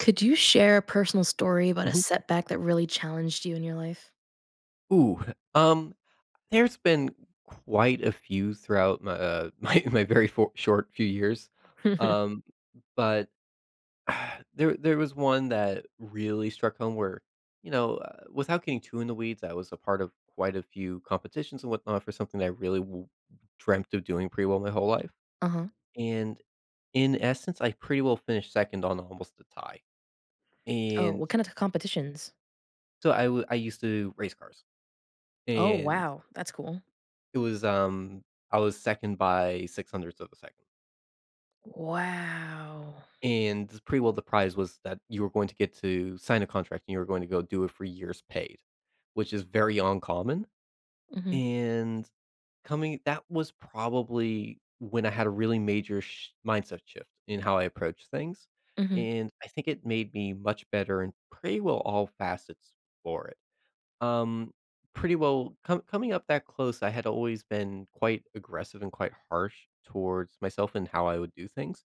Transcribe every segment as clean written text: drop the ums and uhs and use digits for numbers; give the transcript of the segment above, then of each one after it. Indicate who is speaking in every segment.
Speaker 1: Could you share a personal story about a
Speaker 2: Mhm.
Speaker 1: setback that really challenged you in your life?
Speaker 2: Ooh, um, there's been quite a few throughout my, my very for short few years, um, but there was one that really struck home where, you know, without getting too in the weeds, I was a part of quite a few competitions and whatnot for something that I really w dreamt of doing pretty well my whole life,
Speaker 1: Uh-huh.
Speaker 2: and in essence, I pretty well finished 2nd on almost a tie,
Speaker 1: Oh,
Speaker 2: and
Speaker 1: what kind of competitions?
Speaker 2: I used to race cars,
Speaker 1: Oh,
Speaker 2: and
Speaker 1: wow. That's cool.
Speaker 2: it was, I was second by six hundredths of a second,
Speaker 1: Wow.
Speaker 2: and the prize was that you were going to get to sign a contract and you were going to go do it for years paid, which is very uncommon,
Speaker 1: Mhm.
Speaker 2: and coming that was probably when I had a really major sh mindset shift in how I approach things,
Speaker 1: Mhm.
Speaker 2: and I think it made me much better in pretty well all facets for it. Um, pretty well coming up that close, I had always been quite aggressive and quite harsh towards myself and how I would do things.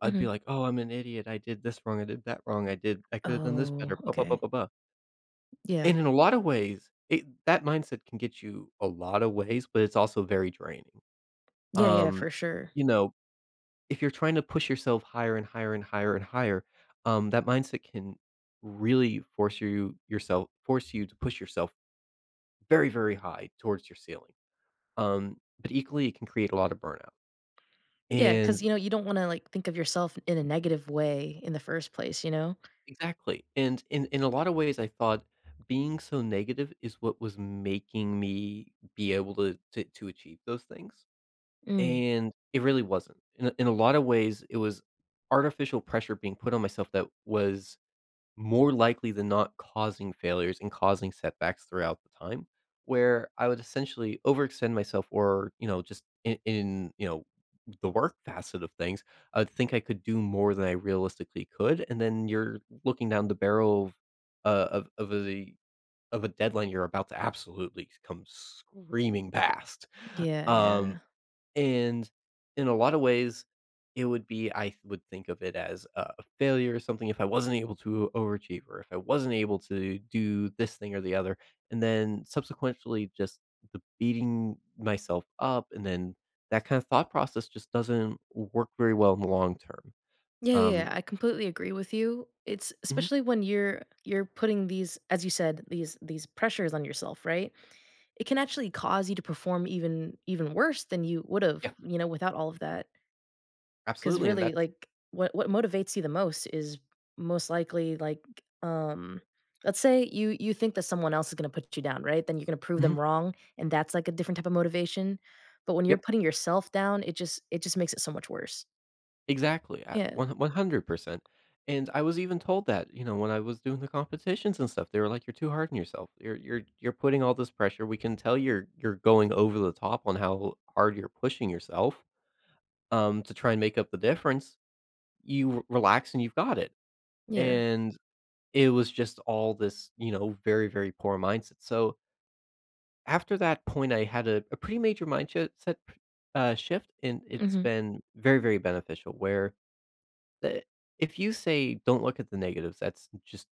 Speaker 2: I'd be
Speaker 1: Mhm.
Speaker 2: like, "Oh, I'm an idiot. I did this wrong. I did that wrong. I could have done this
Speaker 1: Oh,
Speaker 2: better, blah, blah, blah,
Speaker 1: okay.
Speaker 2: blah, blah."
Speaker 1: Yeah.
Speaker 2: And in a lot of ways, it that mindset can get you a lot of ways, but it's also very draining.
Speaker 1: Yeah, yeah,
Speaker 2: Um,
Speaker 1: for sure.
Speaker 2: you know, if you're trying to push yourself higher and higher and higher and higher, that mindset can really force you to push yourself very, very high towards your ceiling. But equally, it can create a lot of burnout.
Speaker 1: Yeah, because
Speaker 2: And
Speaker 1: you don't wanna, like, think of yourself in a negative way in the first place.
Speaker 2: exactly. And in a lot of ways, I thought being so negative is what was making me be able to achieve those things.
Speaker 1: Mm.
Speaker 2: And it really wasn't. In a lot of ways, it was artificial pressure being put on myself that was more likely than not causing failures and causing setbacks throughout the time, where I would essentially overextend myself or, you know, just the work facet of things, I would think I could do more than I realistically could. And then you're looking down the barrel of uh, of of a of a deadline you're about to absolutely come screaming past.
Speaker 1: Yeah, yeah.
Speaker 2: Um, and in a lot of ways, it would be I would think of it as a failure or something if I wasn't able to overachieve or if I wasn't able to do this thing or the other. And then subsequently, just the beating myself up. And then that kind of thought process just doesn't work very well in the long term.
Speaker 1: Yeah, yeah, yeah,
Speaker 2: Um,
Speaker 1: I completely agree with you. It's
Speaker 2: mhm,
Speaker 1: especially when you're putting these, as you said, these pressures on yourself, right? It can actually cause you to perform even worse than you would have,
Speaker 2: yeah,
Speaker 1: without all of that. Because
Speaker 2: absolutely. And
Speaker 1: really,
Speaker 2: that's,
Speaker 1: like, what motivates you the most is most likely like, um, let's say you think that someone else is going to put you down, right? Then you're going to prove
Speaker 2: mhm,
Speaker 1: them wrong, and that's like a different type of motivation. But when you're
Speaker 2: yep.
Speaker 1: putting yourself down, it just makes it so much worse.
Speaker 2: Exactly,
Speaker 1: Yeah,
Speaker 2: one 100%, and I was even told that, you know, when I was doing the competitions and stuff, they were like, "You're too hard on yourself. You're putting all this pressure. We can tell you're going over the top on how hard you're pushing yourself, to try and make up the difference. You relax and you've got it."
Speaker 1: yeah,
Speaker 2: And it was just all this, you know, very, very poor mindset. So, after that point, I had a pretty major mindset shift, and it's
Speaker 1: hmm.
Speaker 2: been very, very beneficial where The if you say, "Don't look at the negatives," that's just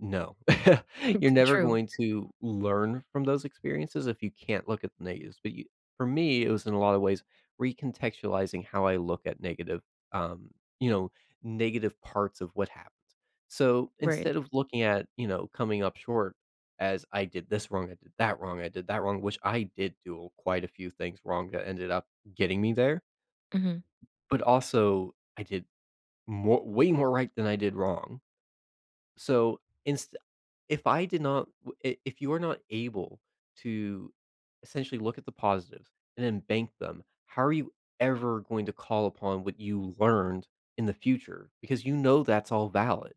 Speaker 2: no. You're never
Speaker 1: True.
Speaker 2: going to learn from those experiences if you can't look at the negatives, but you for me, it was in a lot of ways recontextualizing how I look at negative, um, you know, negative parts of what happened. So,
Speaker 1: Right.
Speaker 2: instead of looking at, you know, coming up short as I did this wrong, I did that wrong, I did that wrong, which I did do quite a few things wrong that ended up getting me there,
Speaker 1: Mhm.
Speaker 2: but also I did more way more right than I did wrong. So, inst if I did not w I if you are not able to essentially look at the positives and then bank them, how are you ever going to call upon what you learned in the future? Because you know that's all valid.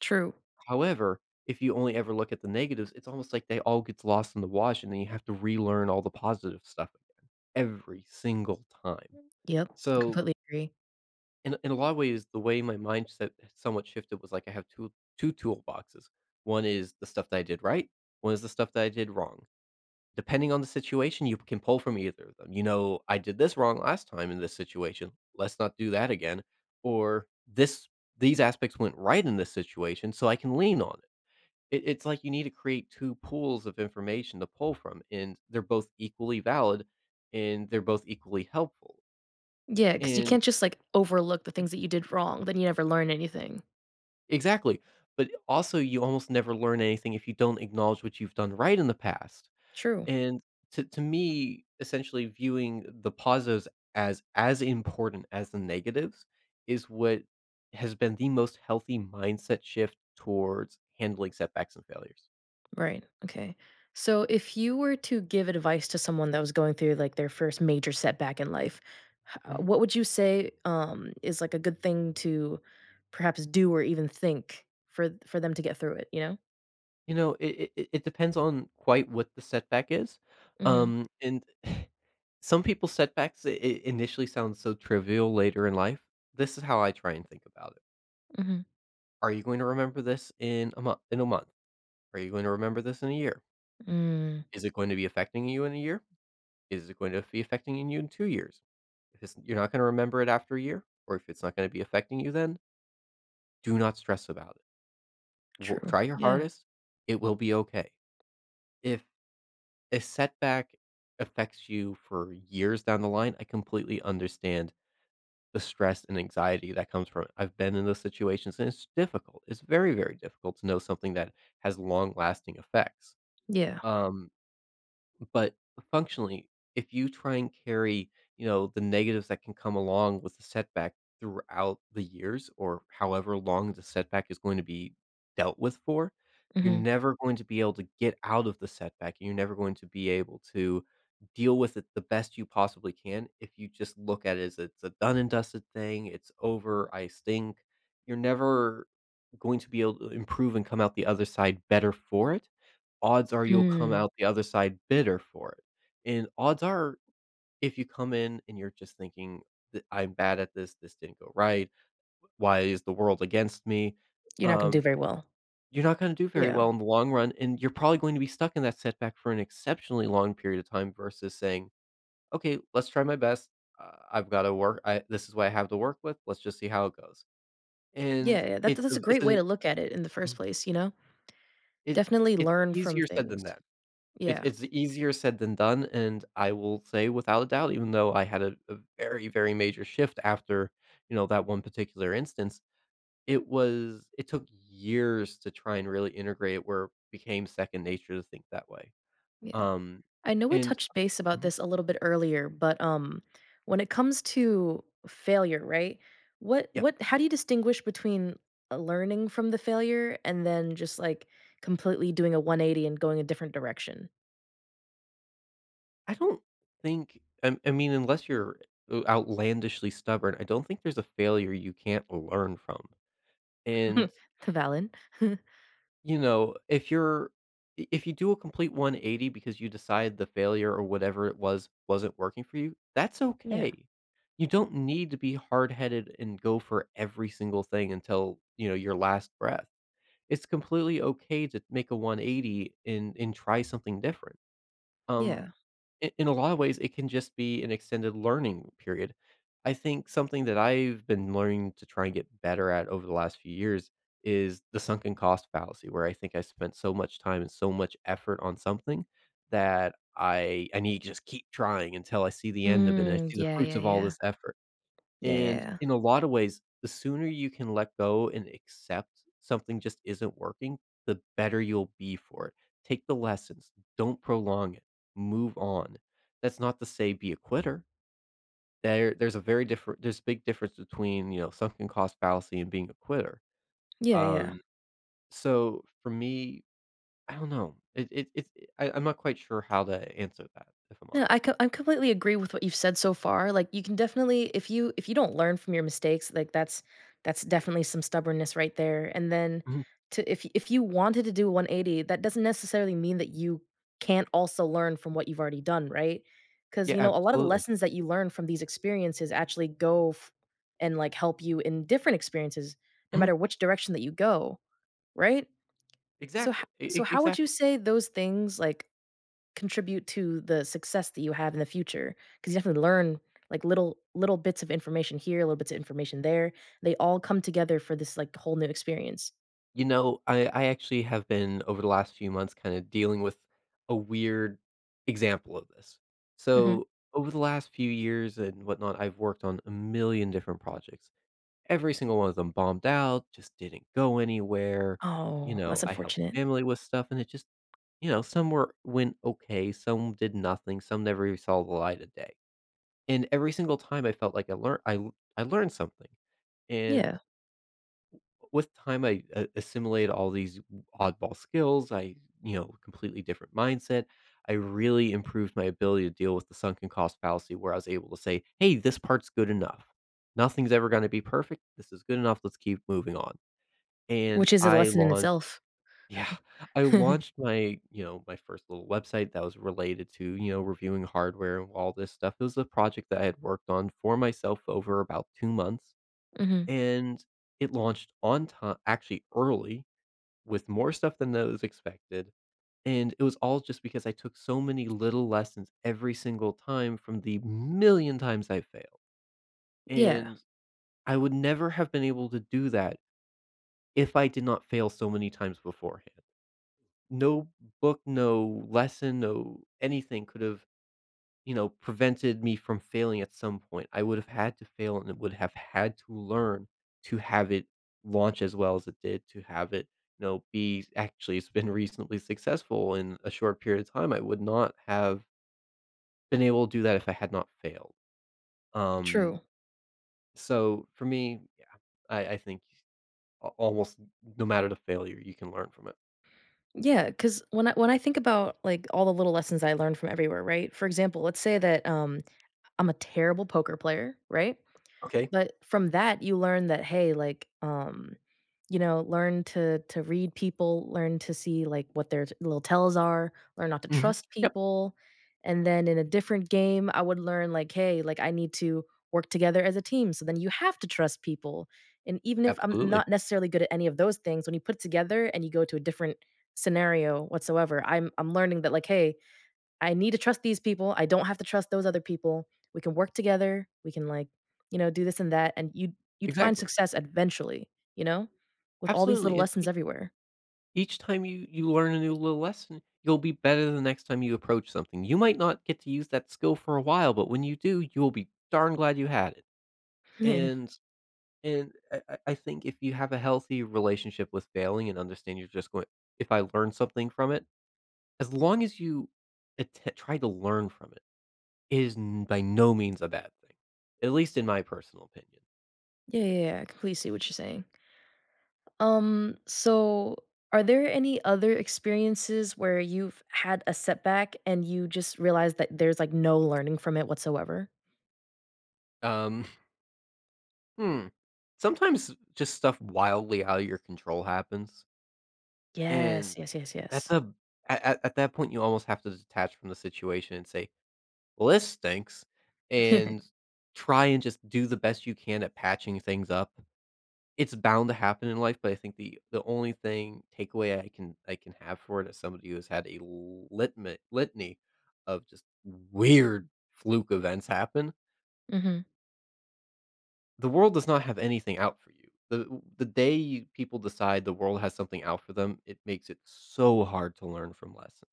Speaker 1: True.
Speaker 2: However, if you only ever look at the negatives, it's almost like they all gets lost in the wash, and then you have to relearn all the positive stuff again every single time.
Speaker 1: Yep.
Speaker 2: So
Speaker 1: Completely agree.
Speaker 2: in a lot of ways, the way my mindset somewhat shifted was like I have two toolboxes. One is the stuff that I did right. One is the stuff that I did wrong. Depending on the situation, you can pull from either of them. You know, I did this wrong last time in this situation. Let's not do that again. Or this these aspects went right in this situation, so I can lean on it. It's like you need to create two pools of information to pull from, and they're both equally valid, and they're both equally helpful.
Speaker 1: Yeah, because you can't just, like, overlook the things that you did wrong, then you never learn anything.
Speaker 2: Exactly, but also you almost never learn anything if you don't acknowledge what you've done right in the past,
Speaker 1: True.
Speaker 2: and to me, essentially viewing the positives as important as the negatives is what has been the most healthy mindset shift towards handling setbacks and failures.
Speaker 1: Right. Okay. So if you were to give advice to someone that was going through, like, their first major setback in life, h
Speaker 2: Mhm.
Speaker 1: what would you say, is, like, a good thing to perhaps do or even think for th for them to get through it.
Speaker 2: You know, it depends on quite what the setback is,
Speaker 1: Mhm.
Speaker 2: and some people's setbacks I initially sound so trivial later in life. This is how I try and think about it.
Speaker 1: Mhm.
Speaker 2: Are you going to remember this in a month? Are you going to remember this in a year?
Speaker 1: Mm.
Speaker 2: Is it going to be affecting you in a year? Is it going to be affecting you in 2 years? If it's you're not gonna remember it after a year, or if it's not gonna be affecting you then, do not stress about it. W
Speaker 1: True.
Speaker 2: Try your
Speaker 1: Yeah.
Speaker 2: hardest, it will be okay. If a setback affects you for years down the line, I completely understand the stress and anxiety that comes from it. I've been in those situations, and it's difficult. It's very, very difficult to know something that has long-lasting effects.
Speaker 1: Yeah.
Speaker 2: Um, but functionally, if you try and carry, you know, the negatives that can come along with the setback throughout the years or however long the setback is going to be dealt with for, you're
Speaker 1: Mhm.
Speaker 2: never going to be able to get out of the setback, and you're never going to be able to deal with it the best you possibly can if you just look at it as it's a done and dusted thing, it's over, I stink. You're never going to be able to improve and come out the other side better for it. Odds are you'll come
Speaker 1: Mm.
Speaker 2: out the other side bitter for it. And odds are if you come in and you're just thinking that I'm bad at this, this didn't go right, why is the world against me?
Speaker 1: You're not gonna do
Speaker 2: Um,
Speaker 1: very well.
Speaker 2: you're not gonna do very
Speaker 1: Yeah.
Speaker 2: well in the long run, and you're probably going to be stuck in that setback for an exceptionally long period of time versus saying, "Okay, let's try my best. I've gotta work I this is what I have to work with. Let's just see how it goes." And
Speaker 1: Yeah, yeah, that that's a great way to look at it in the first
Speaker 2: mm,
Speaker 1: place.
Speaker 2: it
Speaker 1: Definitely
Speaker 2: it's
Speaker 1: learn from
Speaker 2: easier said
Speaker 1: things.
Speaker 2: than done.
Speaker 1: Yeah,
Speaker 2: It's easier said than done, and I will say without a doubt, even though I had a very, very major shift after, you know, that one particular instance, it took years to try and really integrate it where it became second nature to think that way.
Speaker 1: yeah.
Speaker 2: Um,
Speaker 1: I know we
Speaker 2: and
Speaker 1: touched base about
Speaker 2: Mhm.
Speaker 1: this a little bit earlier, but, when it comes to failure, right? What
Speaker 2: Yeah,
Speaker 1: what how do you distinguish between, learning from the failure and then just, like, completely doing a 180 and going a different direction?
Speaker 2: I don't think I mean, unless you're outlandishly stubborn, I don't think there's a failure you can't learn from, and
Speaker 1: Valid.
Speaker 2: you know, if you're I if you do a complete 180 because you decide the failure or whatever it was wasn't working for you, that's
Speaker 1: Yeah,
Speaker 2: okay. You don't need to be hard-headed and go for every single thing until, you know, your last breath. It's completely okay to make a 180 and try something different. Um
Speaker 1: yeah.
Speaker 2: I in a lot of ways, it can just be an extended learning period. I think something that I've been learning to try and get better at over the last few years is the sunken cost fallacy, where I think I spent so much time and so much effort on something that I need to just keep trying until I see the end of it and I
Speaker 1: Mm,
Speaker 2: see the
Speaker 1: yeah,
Speaker 2: fruits
Speaker 1: yeah,
Speaker 2: of all
Speaker 1: yeah.
Speaker 2: this effort.
Speaker 1: Yeah, yeah,
Speaker 2: And
Speaker 1: yeah.
Speaker 2: in a lot of ways, the sooner you can let go and accept something just isn't working, the better you'll be for it. Take the lessons, don't prolong it, move on. That's not to say be a quitter. There's a big difference between sunken cost fallacy and being a quitter.
Speaker 1: Yeah, yeah.
Speaker 2: Um, so for me, I don't know. I'm not quite sure how to answer that if I'm
Speaker 1: No,
Speaker 2: honest.
Speaker 1: I completely agree with what you've said so far, like, you can definitely if you don't learn from your mistakes, like, that's definitely some stubbornness right there, and then
Speaker 2: Mhm.
Speaker 1: to if if you wanted to do a 180, that doesn't necessarily mean that you can't also learn from what you've already done, right? Because
Speaker 2: Yeah,
Speaker 1: a lot of the
Speaker 2: absolutely.
Speaker 1: lessons that you learn from these experiences actually go f and, like, help you in different experiences, no
Speaker 2: Mhm.
Speaker 1: matter which direction that you go, right? So ho
Speaker 2: Exactly. E-
Speaker 1: so
Speaker 2: e-
Speaker 1: how would you
Speaker 2: exactly.
Speaker 1: say those things, like, contribute to the success that you have in the future because you definitely learn, like, little bits of information here, little bits of information there. They all come together for this, like, whole new experience.
Speaker 2: You know, I actually have been over the last few months kinda dealing with a weird example of this.
Speaker 1: Mhm.
Speaker 2: So, over the last few years and whatnot, I've worked on a million different projects. Every single one of them bombed out, just didn't go anywhere. You
Speaker 1: Oh, that's
Speaker 2: know, I helped
Speaker 1: unfortunate.
Speaker 2: family with stuff, and it just, some were went okay, some did nothing, some never even saw the light of day. And every single time I felt like I learned something. And
Speaker 1: Yeah,
Speaker 2: with time, I a assimilate all these oddball skills. Completely different mindset. I really improved my ability to deal with the sunken cost fallacy where I was able to say, "Hey, this part's good enough. Nothing's ever gonna be perfect. This is good enough. Let's keep moving on." And
Speaker 1: which is a
Speaker 2: I
Speaker 1: lesson in
Speaker 2: launched
Speaker 1: itself.
Speaker 2: yeah, I launched my, you know, my first little website that was related to, you know, reviewing hardware and all this stuff. It was a project that I had worked on for myself over about 2 months.
Speaker 1: Mhm.
Speaker 2: And it launched on time, actually early, with more stuff than that was expected, and it was all just because I took so many little lessons every single time from the million times I failed,
Speaker 1: Yeah,
Speaker 2: and I would never have been able to do that if I did not fail so many times beforehand. No book, no lesson, no anything could have, prevented me from failing at some point. I would have had to fail and would have had to learn to have it launch as well as it did, to have it, be actually it's been reasonably successful in a short period of time. I would not have been able to do that if I had not failed. Um,
Speaker 1: true.
Speaker 2: so for me, yeah, I think almost no matter the failure, you can learn from it.
Speaker 1: Yeah, because when I think about, like, all the little lessons I learned from everywhere, right? For example, let's say that, I'm a terrible poker player, right?
Speaker 2: Okay.
Speaker 1: But from that, you learn that, hey, like, learn to read people, learn to see like what their little tells are, learn not to
Speaker 2: Hmm.
Speaker 1: trust
Speaker 2: Yep.
Speaker 1: people. And then in a different game, I would learn like, hey, like I need to work together as a team. So then you have to trust people. And even if I'm
Speaker 2: Absolutely.
Speaker 1: not necessarily good at any of those things, when you put it together and you go to a different scenario whatsoever, I'm learning that like, hey, I need to trust these people. I don't have to trust those other people. We can work together. We can like, do this and that, and you'd find
Speaker 2: Exactly.
Speaker 1: success eventually, you know, with all these
Speaker 2: Absolutely.
Speaker 1: little
Speaker 2: And
Speaker 1: lessons everywhere.
Speaker 2: each time you learn a new little lesson, you'll be better the next time you approach something. You might not get to use that skill for a while, but when you do, you'll be darn glad you had it.
Speaker 1: Yeah.
Speaker 2: And and I think if you have a healthy relationship with failing and understand you're just going, if I learn something from it, as long as you try to learn from it, it is by no means a bad thing, at least in my personal opinion.
Speaker 1: Yeah, yeah, yeah. I completely see what you're saying. So are there any other experiences where you've had a setback and you just realize that there's like no learning from it whatsoever?
Speaker 2: Um, hmm. Sometimes just stuff wildly out of your control happens,
Speaker 1: Yes,
Speaker 2: and
Speaker 1: yes, yes,
Speaker 2: that's
Speaker 1: yes.
Speaker 2: a, at that point, you almost have to detach from the situation and say, "Well, this stinks," and try and just do the best you can at patching things up. It's bound to happen in life, but I think the only thing takeaway I can have for it as somebody who has had a litma litany of just weird fluke events happen,
Speaker 1: Hmm.
Speaker 2: the world does not have anything out for you. The day you people decide the world has something out for them, it makes it so hard to learn from lessons.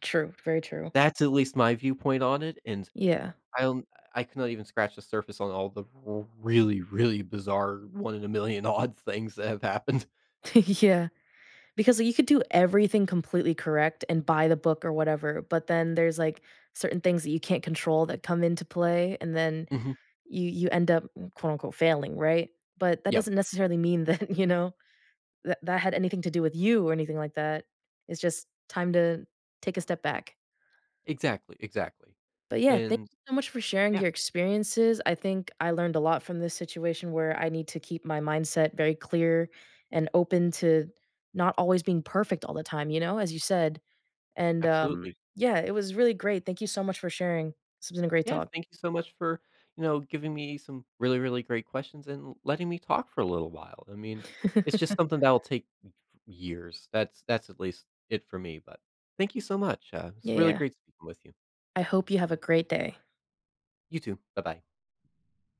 Speaker 1: True, very true.
Speaker 2: That's at least my viewpoint on it, and
Speaker 1: Yeah.
Speaker 2: I don't, I could not even scratch the surface on all the r really, really bizarre one-in-a-million odd things that have happened.
Speaker 1: Yeah. Because like, you could do everything completely correct and buy the book or whatever, but then there's, like, certain things that you can't control that come into play, and then
Speaker 2: Mhm.
Speaker 1: you end up, mm, quote, unquote, "failing," right? But that
Speaker 2: Yep.
Speaker 1: doesn't necessarily mean that, that that had anything to do with you or anything like that. It's just time to take a step back.
Speaker 2: Exactly, exactly.
Speaker 1: But, yeah, thank
Speaker 2: And
Speaker 1: you so much for sharing
Speaker 2: yeah,
Speaker 1: your experiences. I think I learned a lot from this situation where I need to keep my mindset very clear and open to not always being perfect all the time, as you said. And,
Speaker 2: absolutely.
Speaker 1: yeah, it was really great. Thank you so much for sharing. This has been a great
Speaker 2: Yeah,
Speaker 1: talk.
Speaker 2: thank you so much for, you know, giving me some really, really great questions and letting me talk for a little while. I mean, it's just something that'll take years. That's at least it for me, but thank you so much. It's
Speaker 1: Yeah.
Speaker 2: really
Speaker 1: Yeah.
Speaker 2: great speaking with you.
Speaker 1: I hope you have a great day.
Speaker 2: You too. Bye-bye.